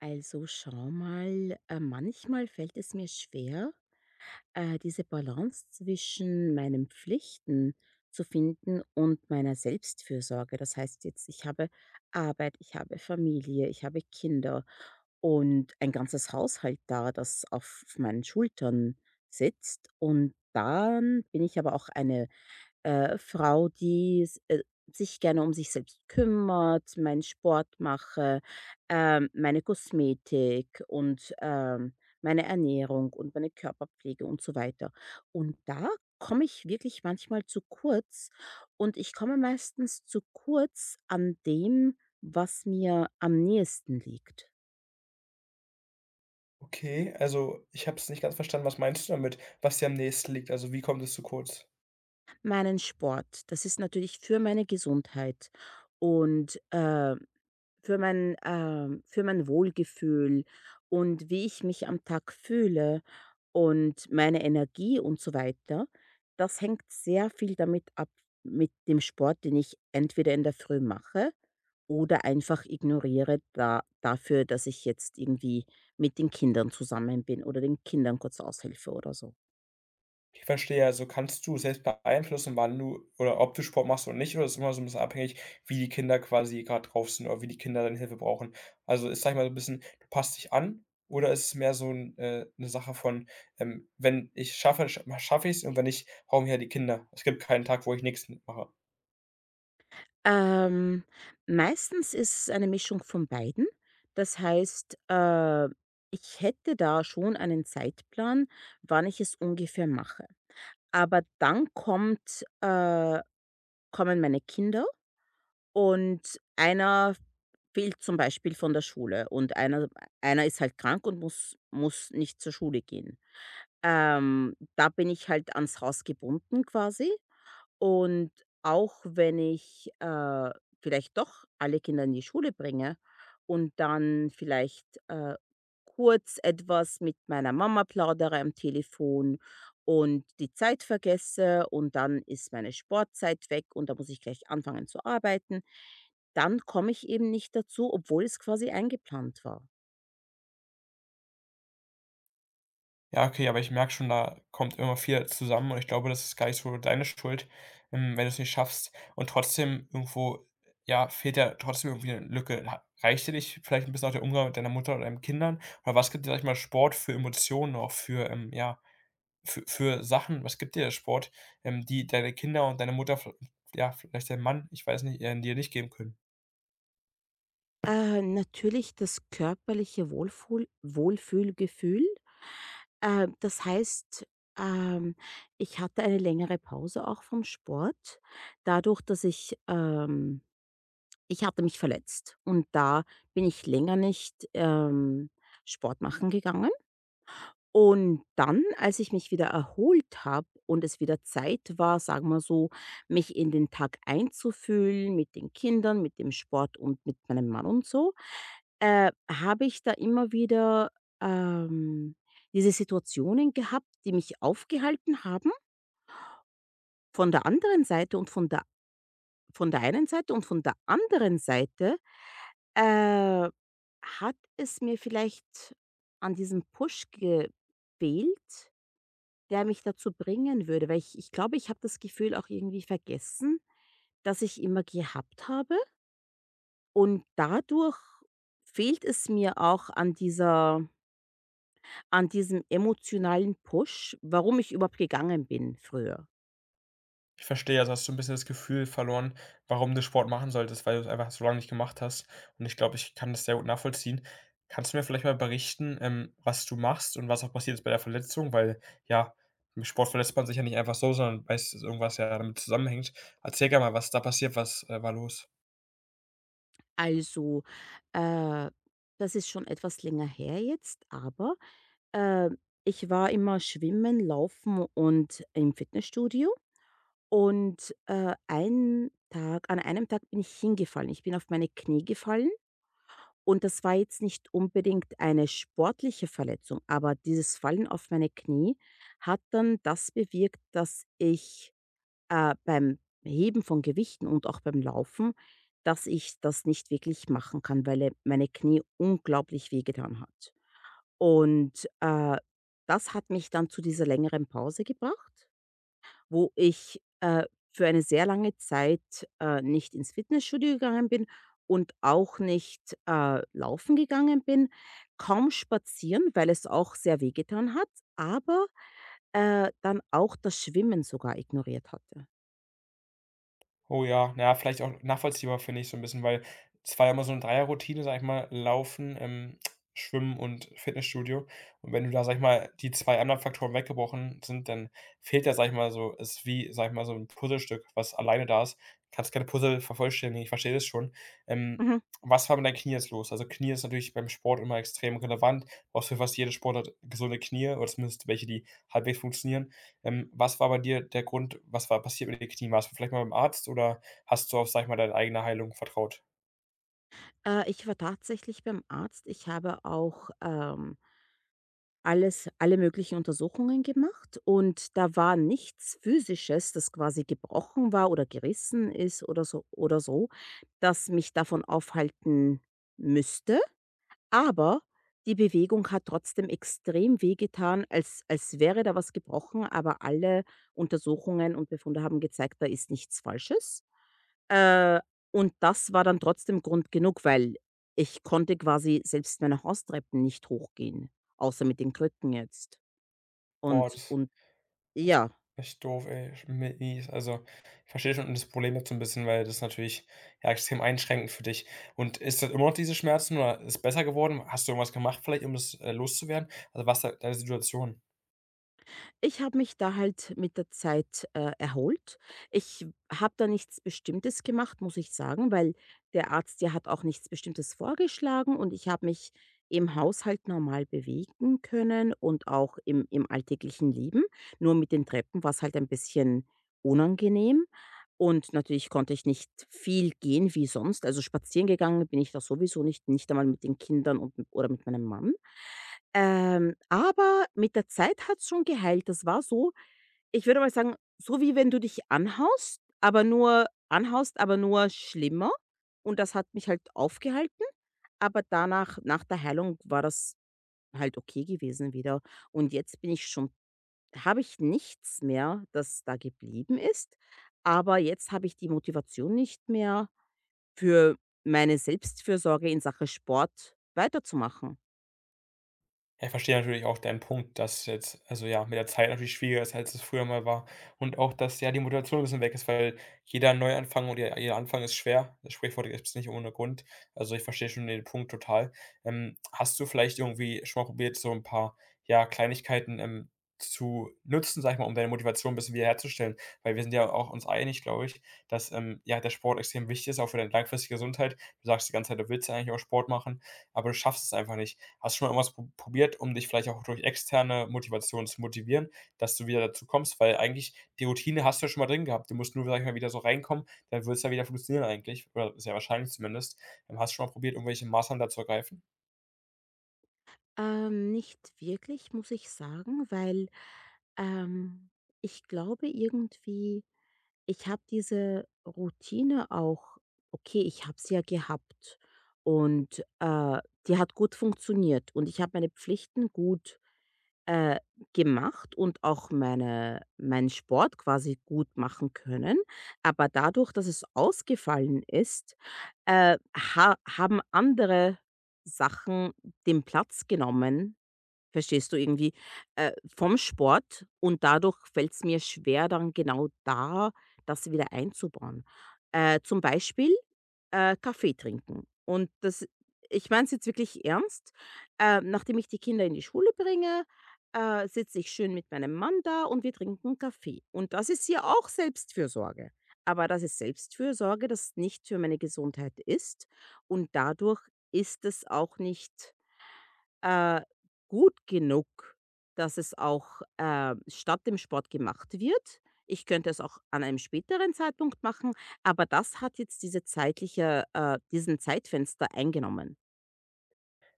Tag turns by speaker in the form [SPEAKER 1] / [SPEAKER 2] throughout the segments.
[SPEAKER 1] Also schau mal, manchmal fällt es mir schwer, diese Balance zwischen meinen Pflichten zu finden und meiner Selbstfürsorge. Das heißt jetzt, ich habe Arbeit, ich habe Familie, ich habe Kinder und ein ganzes Haushalt da, das auf meinen Schultern sitzt. Und dann bin ich aber auch eine Frau, die s sich gerne um sich selbst kümmert, meinen Sport mache, meine Kosmetik und, meine Ernährung und meine Körperpflege und so weiter. Und da komme ich wirklich manchmal zu kurz und ich komme meistens zu kurz an dem, was mir am nächsten liegt.
[SPEAKER 2] Okay, also ich habe es nicht ganz verstanden. Was meinst du damit, was dir am nächsten liegt? Also, wie kommt es zu kurz?
[SPEAKER 1] Meinen Sport, das ist natürlich für meine Gesundheit und, für mein, für mein Wohlgefühl und wie ich mich am Tag fühle und meine Energie und so weiter, das hängt sehr viel damit ab mit dem Sport, den ich entweder in der Früh mache oder einfach ignoriere da dafür, dass ich jetzt irgendwie mit den Kindern zusammen bin oder den Kindern kurz aushelfe oder so.
[SPEAKER 2] Ich verstehe, also kannst du selbst beeinflussen, wann du oder ob du Sport machst oder nicht, oder ist immer so ein bisschen abhängig, wie die Kinder quasi gerade drauf sind oder wie die Kinder deine Hilfe brauchen? Also, ist, sage ich mal, so ein bisschen, du passt dich an oder ist es mehr so 'n 'ne Sache von, „Wenn ich schaffe, schaffe ich es und wenn nicht, brauchen mich halt die Kinder.“ Es gibt keinen Tag, wo ich nichts mache.
[SPEAKER 1] Ähm, Meistens ist es eine Mischung von beiden. Das heißt, ich hätte da schon einen Zeitplan, wann ich es ungefähr mache. Aber dann kommt, kommen meine Kinder und einer fehlt zum Beispiel von der Schule und einer ist halt krank und muss nicht zur Schule gehen. Da bin ich halt ans Haus gebunden quasi. Und auch wenn ich, vielleicht doch alle Kinder in die Schule bringe und dann vielleicht, kurz etwas mit meiner Mama plaudere am Telefon und die Zeit vergesse und dann ist meine Sportzeit weg und da muss ich gleich anfangen zu arbeiten, dann komme ich eben nicht dazu, obwohl es quasi eingeplant war.
[SPEAKER 2] Ja, okay, aber ich merke schon, da kommt immer viel zusammen und ich glaube, das ist gar nicht so deine Schuld, wenn du es nicht schaffst. Und trotzdem irgendwo, ja, fehlt ja trotzdem irgendwie eine Lücke. Ha reicht dir nicht vielleicht ein bisschen auch der Umgang mit deiner Mutter oder deinen Kindern? Oder was gibt dir, sag ich mal, Sport für Emotionen auch für, ja, für Sachen? Was gibt dir der Sport, die deine Kinder und deine Mutter, v ja, vielleicht dein Mann, ich weiß nicht, dir nicht geben können?
[SPEAKER 1] Natürlich das körperliche Wohlfuhl Wohlfühlgefühl. Das heißt, ähm, ich hatte eine längere Pause auch vom Sport, dadurch, dass ich ich hatte mich verletzt und da bin ich länger nicht, Sport machen gegangen. Und dann, als ich mich wieder erholt habe und es wieder Zeit war, sagen wir so, mich in den Tag einzufühlen mit den Kindern, mit dem Sport und mit meinem Mann und so, habe ich da immer wieder, ähm, diese Situationen gehabt, die mich aufgehalten haben von der anderen Seite und von der einen Seite und von der anderen Seite, äh, hat es mir vielleicht an diesem Push gefehlt, der mich dazu bringen würde, weil ich glaube, ich habe das Gefühl auch irgendwie vergessen, das ich immer gehabt habe und dadurch fehlt es mir auch an dieser an diesem emotionalen Push, warum ich überhaupt gegangen bin früher.
[SPEAKER 2] Ich verstehe, also hast du ein bisschen das Gefühl verloren, warum du Sport machen solltest, weil du es einfach so lange nicht gemacht hast. Und ich glaube, ich kann das sehr gut nachvollziehen. Kannst du mir vielleicht mal berichten, was du machst und was auch passiert ist bei der Verletzung? Weil, ja, im Sport verletzt man sich ja nicht einfach so, sondern meistens irgendwas ja damit zusammenhängt. Erzähl gerne mal, was da passiert, was, war los?
[SPEAKER 1] Also, äh, das ist schon etwas länger her jetzt, aber, äh, ich war immer schwimmen, laufen und im Fitnessstudio und, einen Tag an einem Tag bin ich hingefallen. Ich bin auf meine Knie gefallen und das war jetzt nicht unbedingt eine sportliche Verletzung, aber dieses Fallen auf meine Knie hat dann das bewirkt, dass ich beim Heben von Gewichten und auch beim Laufen, dass ich das nicht wirklich machen kann, weil, meine Knie unglaublich wehgetan hat. Und, das hat mich dann zu dieser längeren Pause gebracht, wo ich, für eine sehr lange Zeit, nicht ins Fitnessstudio gegangen bin und auch nicht, laufen gegangen bin, kaum spazieren, weil es auch sehr wehgetan hat, aber, dann auch das Schwimmen sogar ignoriert hatte.
[SPEAKER 2] Oh ja, na ja, vielleicht auch nachvollziehbar, finde ich so 'n bisschen, weil es war ja immer so 'ne Dreierroutine, sage ich mal, Laufen, Schwimmen und Fitnessstudio. Und wenn du da, sage ich mal, die 2 anderen Faktoren weggebrochen sind, dann fehlt ja, sage ich mal so ist wie, sage ich mal, so 'n Puzzlestück, was alleine da ist. Kannst keine Puzzle vervollständigen, ich verstehe das schon. Ähm,
[SPEAKER 1] Mhm.
[SPEAKER 2] Was war mit deinen Knie jetzt los? Also, Knie ist natürlich beim Sport immer extrem relevant. Brauchst für fast jede Sportart gesunde Knie oder zumindest welche, die halbwegs funktionieren. Was war bei dir der Grund? Was war passiert mit den Knien? Warst du vielleicht mal beim Arzt oder hast du auf, sag ich mal, deine eigene Heilung vertraut?
[SPEAKER 1] Ich war tatsächlich beim Arzt. Ich habe auch, alle möglichen Untersuchungen gemacht und da war nichts Physisches, das quasi gebrochen war oder gerissen ist oder so, das mich davon aufhalten müsste. Aber die Bewegung hat trotzdem extrem wehgetan, als wäre da was gebrochen, aber alle Untersuchungen und Befunde haben gezeigt, da ist nichts Falsches. Äh, und das war dann trotzdem Grund genug, weil ich konnte quasi selbst meine Haustreppen nicht hochgehen, außer mit den Krücken jetzt.
[SPEAKER 2] Boah,
[SPEAKER 1] Und und
[SPEAKER 2] das ist
[SPEAKER 1] ja.
[SPEAKER 2] echt doof, ey, sch mies. Also, ich verstehe schon das Problem jetzt so 'n bisschen, weil das natürlich, ja, extrem einschränkend für dich. Und ist das immer noch diese Schmerzen oder ist besser geworden? Hast du irgendwas gemacht vielleicht, um das, loszuwerden? Also, was ist da deine Situation?
[SPEAKER 1] Ich habe mich da halt mit der Zeit, erholt. Ich habe da nichts Bestimmtes gemacht, muss ich sagen, weil der Arzt ja hat auch nichts Bestimmtes vorgeschlagen und ich habe mich im Haushalt normal bewegen können und auch im alltäglichen Leben. Nur mit den Treppen war es halt ein bisschen unangenehm und natürlich konnte ich nicht viel gehen wie sonst. Also spazieren gegangen bin ich da sowieso nicht, nicht einmal mit den Kindern und oder mit meinem Mann. Aber mit der Zeit hat's schon geheilt. Das war so, ich würde mal sagen, so wie wenn du dich anhaust, aber nur schlimmer. Und das hat mich halt aufgehalten. Aber danach, nach der Heilung war das halt okay gewesen wieder. Und jetzt bin ich schon habe ich nichts mehr, das da geblieben ist. Aber jetzt habe ich die Motivation nicht mehr, für meine Selbstfürsorge in Sache Sport weiterzumachen.
[SPEAKER 2] Ja, ich verstehe natürlich auch deinen Punkt, dass jetzt also, ja, mit der Zeit natürlich schwieriger ist, als es früher mal war. Und auch, dass, ja, die Motivation ein bisschen weg ist, weil jeder Neuanfang und jeder Anfang ist schwer. Das Sprichwort gibt's nicht ohne Grund. Also, ich verstehe schon den Punkt total. Hast du vielleicht irgendwie schon mal probiert, so ein paar, ja, Kleinigkeiten, zu nutzen, sag ich mal, um deine Motivation ein bisschen wiederherzustellen? Weil wir sind ja auch uns einig, glaube ich, dass, ja, der Sport extrem wichtig ist, auch für deine langfristige Gesundheit. Du sagst die ganze Zeit, du willst ja eigentlich auch Sport machen, aber du schaffst es einfach nicht. Hast du schon mal irgendwas probiert, um dich vielleicht auch durch externe Motivation zu motivieren, dass du wieder dazu kommst? Weil eigentlich die Routine hast du ja schon mal drin gehabt. Du musst nur, sage ich mal, wieder so reinkommen, dann würde es ja wieder funktionieren eigentlich oder sehr wahrscheinlich zumindest. Hast du schon mal probiert, irgendwelche Maßnahmen da ergreifen?
[SPEAKER 1] Nicht wirklich, muss ich sagen, weil, ähm, ich glaube irgendwie, ich habe diese Routine auch, okay, ich habe sie ja gehabt und, die hat gut funktioniert und ich habe meine Pflichten gut, äh, gemacht und auch meinen Sport quasi gut machen können. Aber dadurch, dass es ausgefallen ist, ha haben andere Sachen den Platz genommen. Verstehst du irgendwie? Äh, Vom Sport, und dadurch fällt es mir schwer, dann genau da das wieder einzubauen. Zum Beispiel, Kaffee trinken, und das, ich meine es jetzt wirklich ernst, nachdem ich die Kinder in die Schule bringe, sitze ich schön mit meinem Mann da und wir trinken Kaffee und das ist ja auch Selbstfürsorge. Aber das ist Selbstfürsorge, das nicht für meine Gesundheit ist, und dadurch ist es auch nicht äh, gut genug, dass es auch, statt dem Sport gemacht wird. Ich könnte es auch an einem späteren Zeitpunkt machen, aber das hat jetzt diese zeitliche diesen Zeitfenster eingenommen.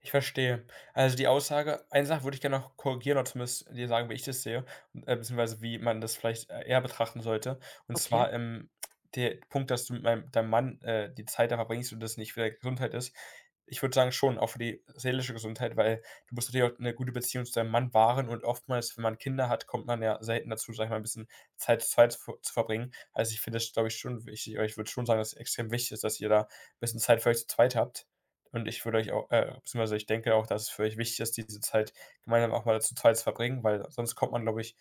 [SPEAKER 2] Ich verstehe. Also, die Aussage eine Sache würde ich gerne noch korrigieren oder zumindest dir sagen, wie ich das sehe, beziehungsweise wie man das vielleicht, eher betrachten sollte. Und
[SPEAKER 1] Okay,
[SPEAKER 2] zwar, der Punkt, dass du mit meinem deinem Mann, die Zeit da verbringst und das nicht für deine Gesundheit ist. Ich würde sagen schon, auch für die seelische Gesundheit, weil du musst natürlich auch 'ne gute Beziehung zu deinem Mann wahren und oftmals, wenn man Kinder hat, kommt man ja selten dazu, sage ich mal, ein bisschen Zeit zu zweit zu verbringen. Also, ich finde das, glaube ich, schon wichtig oder ich würde schon sagen, dass es extrem wichtig ist, dass ihr da ein bisschen Zeit für euch zu zweit habt. Und ich würde euch auch beziehungsweise ich denke auch, dass es für euch wichtig ist, diese Zeit gemeinsam auch mal zu zweit zu verbringen, weil sonst kommt man, glaube ich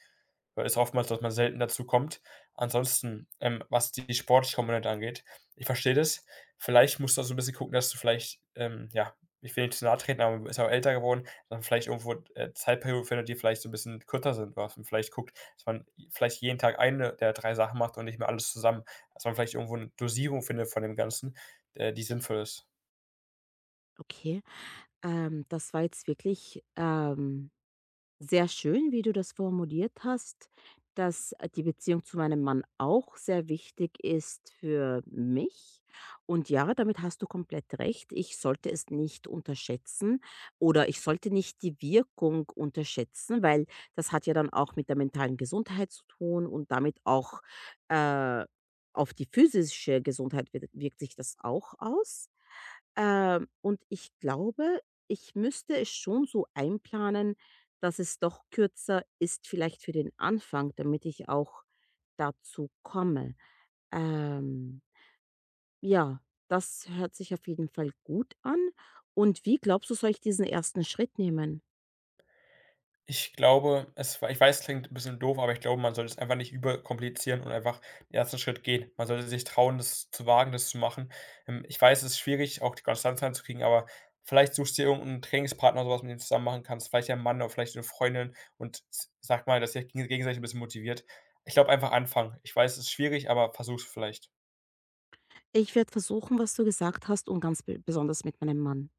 [SPEAKER 2] weil es oftmals, dass man selten dazu kommt. Ansonsten, was die sportliche Komponente angeht, ich verstehe das. Vielleicht musst du auch so ein bisschen gucken, dass du vielleicht, ja, ich will nicht zu nahe treten, aber man ist ja auch älter geworden, dann vielleicht irgendwo, Zeitperioden findet, die vielleicht so ein bisschen kürzer sind, was man vielleicht guckt, dass man vielleicht jeden Tag eine der 3 Sachen macht und nicht mehr alles zusammen. Dass man vielleicht irgendwo eine Dosierung findet von dem Ganzen, die sinnvoll ist.
[SPEAKER 1] okay. Das war jetzt wirklich, sehr schön, wie du das formuliert hast, dass die Beziehung zu meinem Mann auch sehr wichtig ist für mich. Und ja, damit hast du komplett recht. Ich sollte es nicht unterschätzen oder ich sollte nicht die Wirkung unterschätzen, weil das hat ja dann auch mit der mentalen Gesundheit zu tun und damit auch äh, auf die physische Gesundheit wirkt sich das auch aus. Und ich glaube, ich müsste es schon so einplanen, dass es doch kürzer ist, vielleicht für den Anfang, damit ich auch dazu komme. Ähm, ja, das hört sich auf jeden Fall gut an. Und wie glaubst du, soll ich diesen ersten Schritt nehmen?
[SPEAKER 2] Ich glaube, es war ich weiß, klingt ein bisschen doof, aber ich glaube, man sollte es einfach nicht überkomplizieren und einfach den ersten Schritt gehen. Man sollte sich trauen, das zu wagen, das zu machen. Ich weiß, es ist schwierig, auch die Konstanz reinzukriegen, aber vielleicht suchst du dir irgend 'n Trainingspartner oder sowas, mit dem du zusammen machen kannst. Vielleicht dein Mann oder vielleicht eine Freundin und s sagt mal, dass ihr euch gegenseitig ein bisschen motiviert. Ich glaube, einfach anfangen. Ich weiß, es ist schwierig, aber versuch's vielleicht.
[SPEAKER 1] Ich werde versuchen, was du gesagt hast, und ganz besonders mit meinem Mann.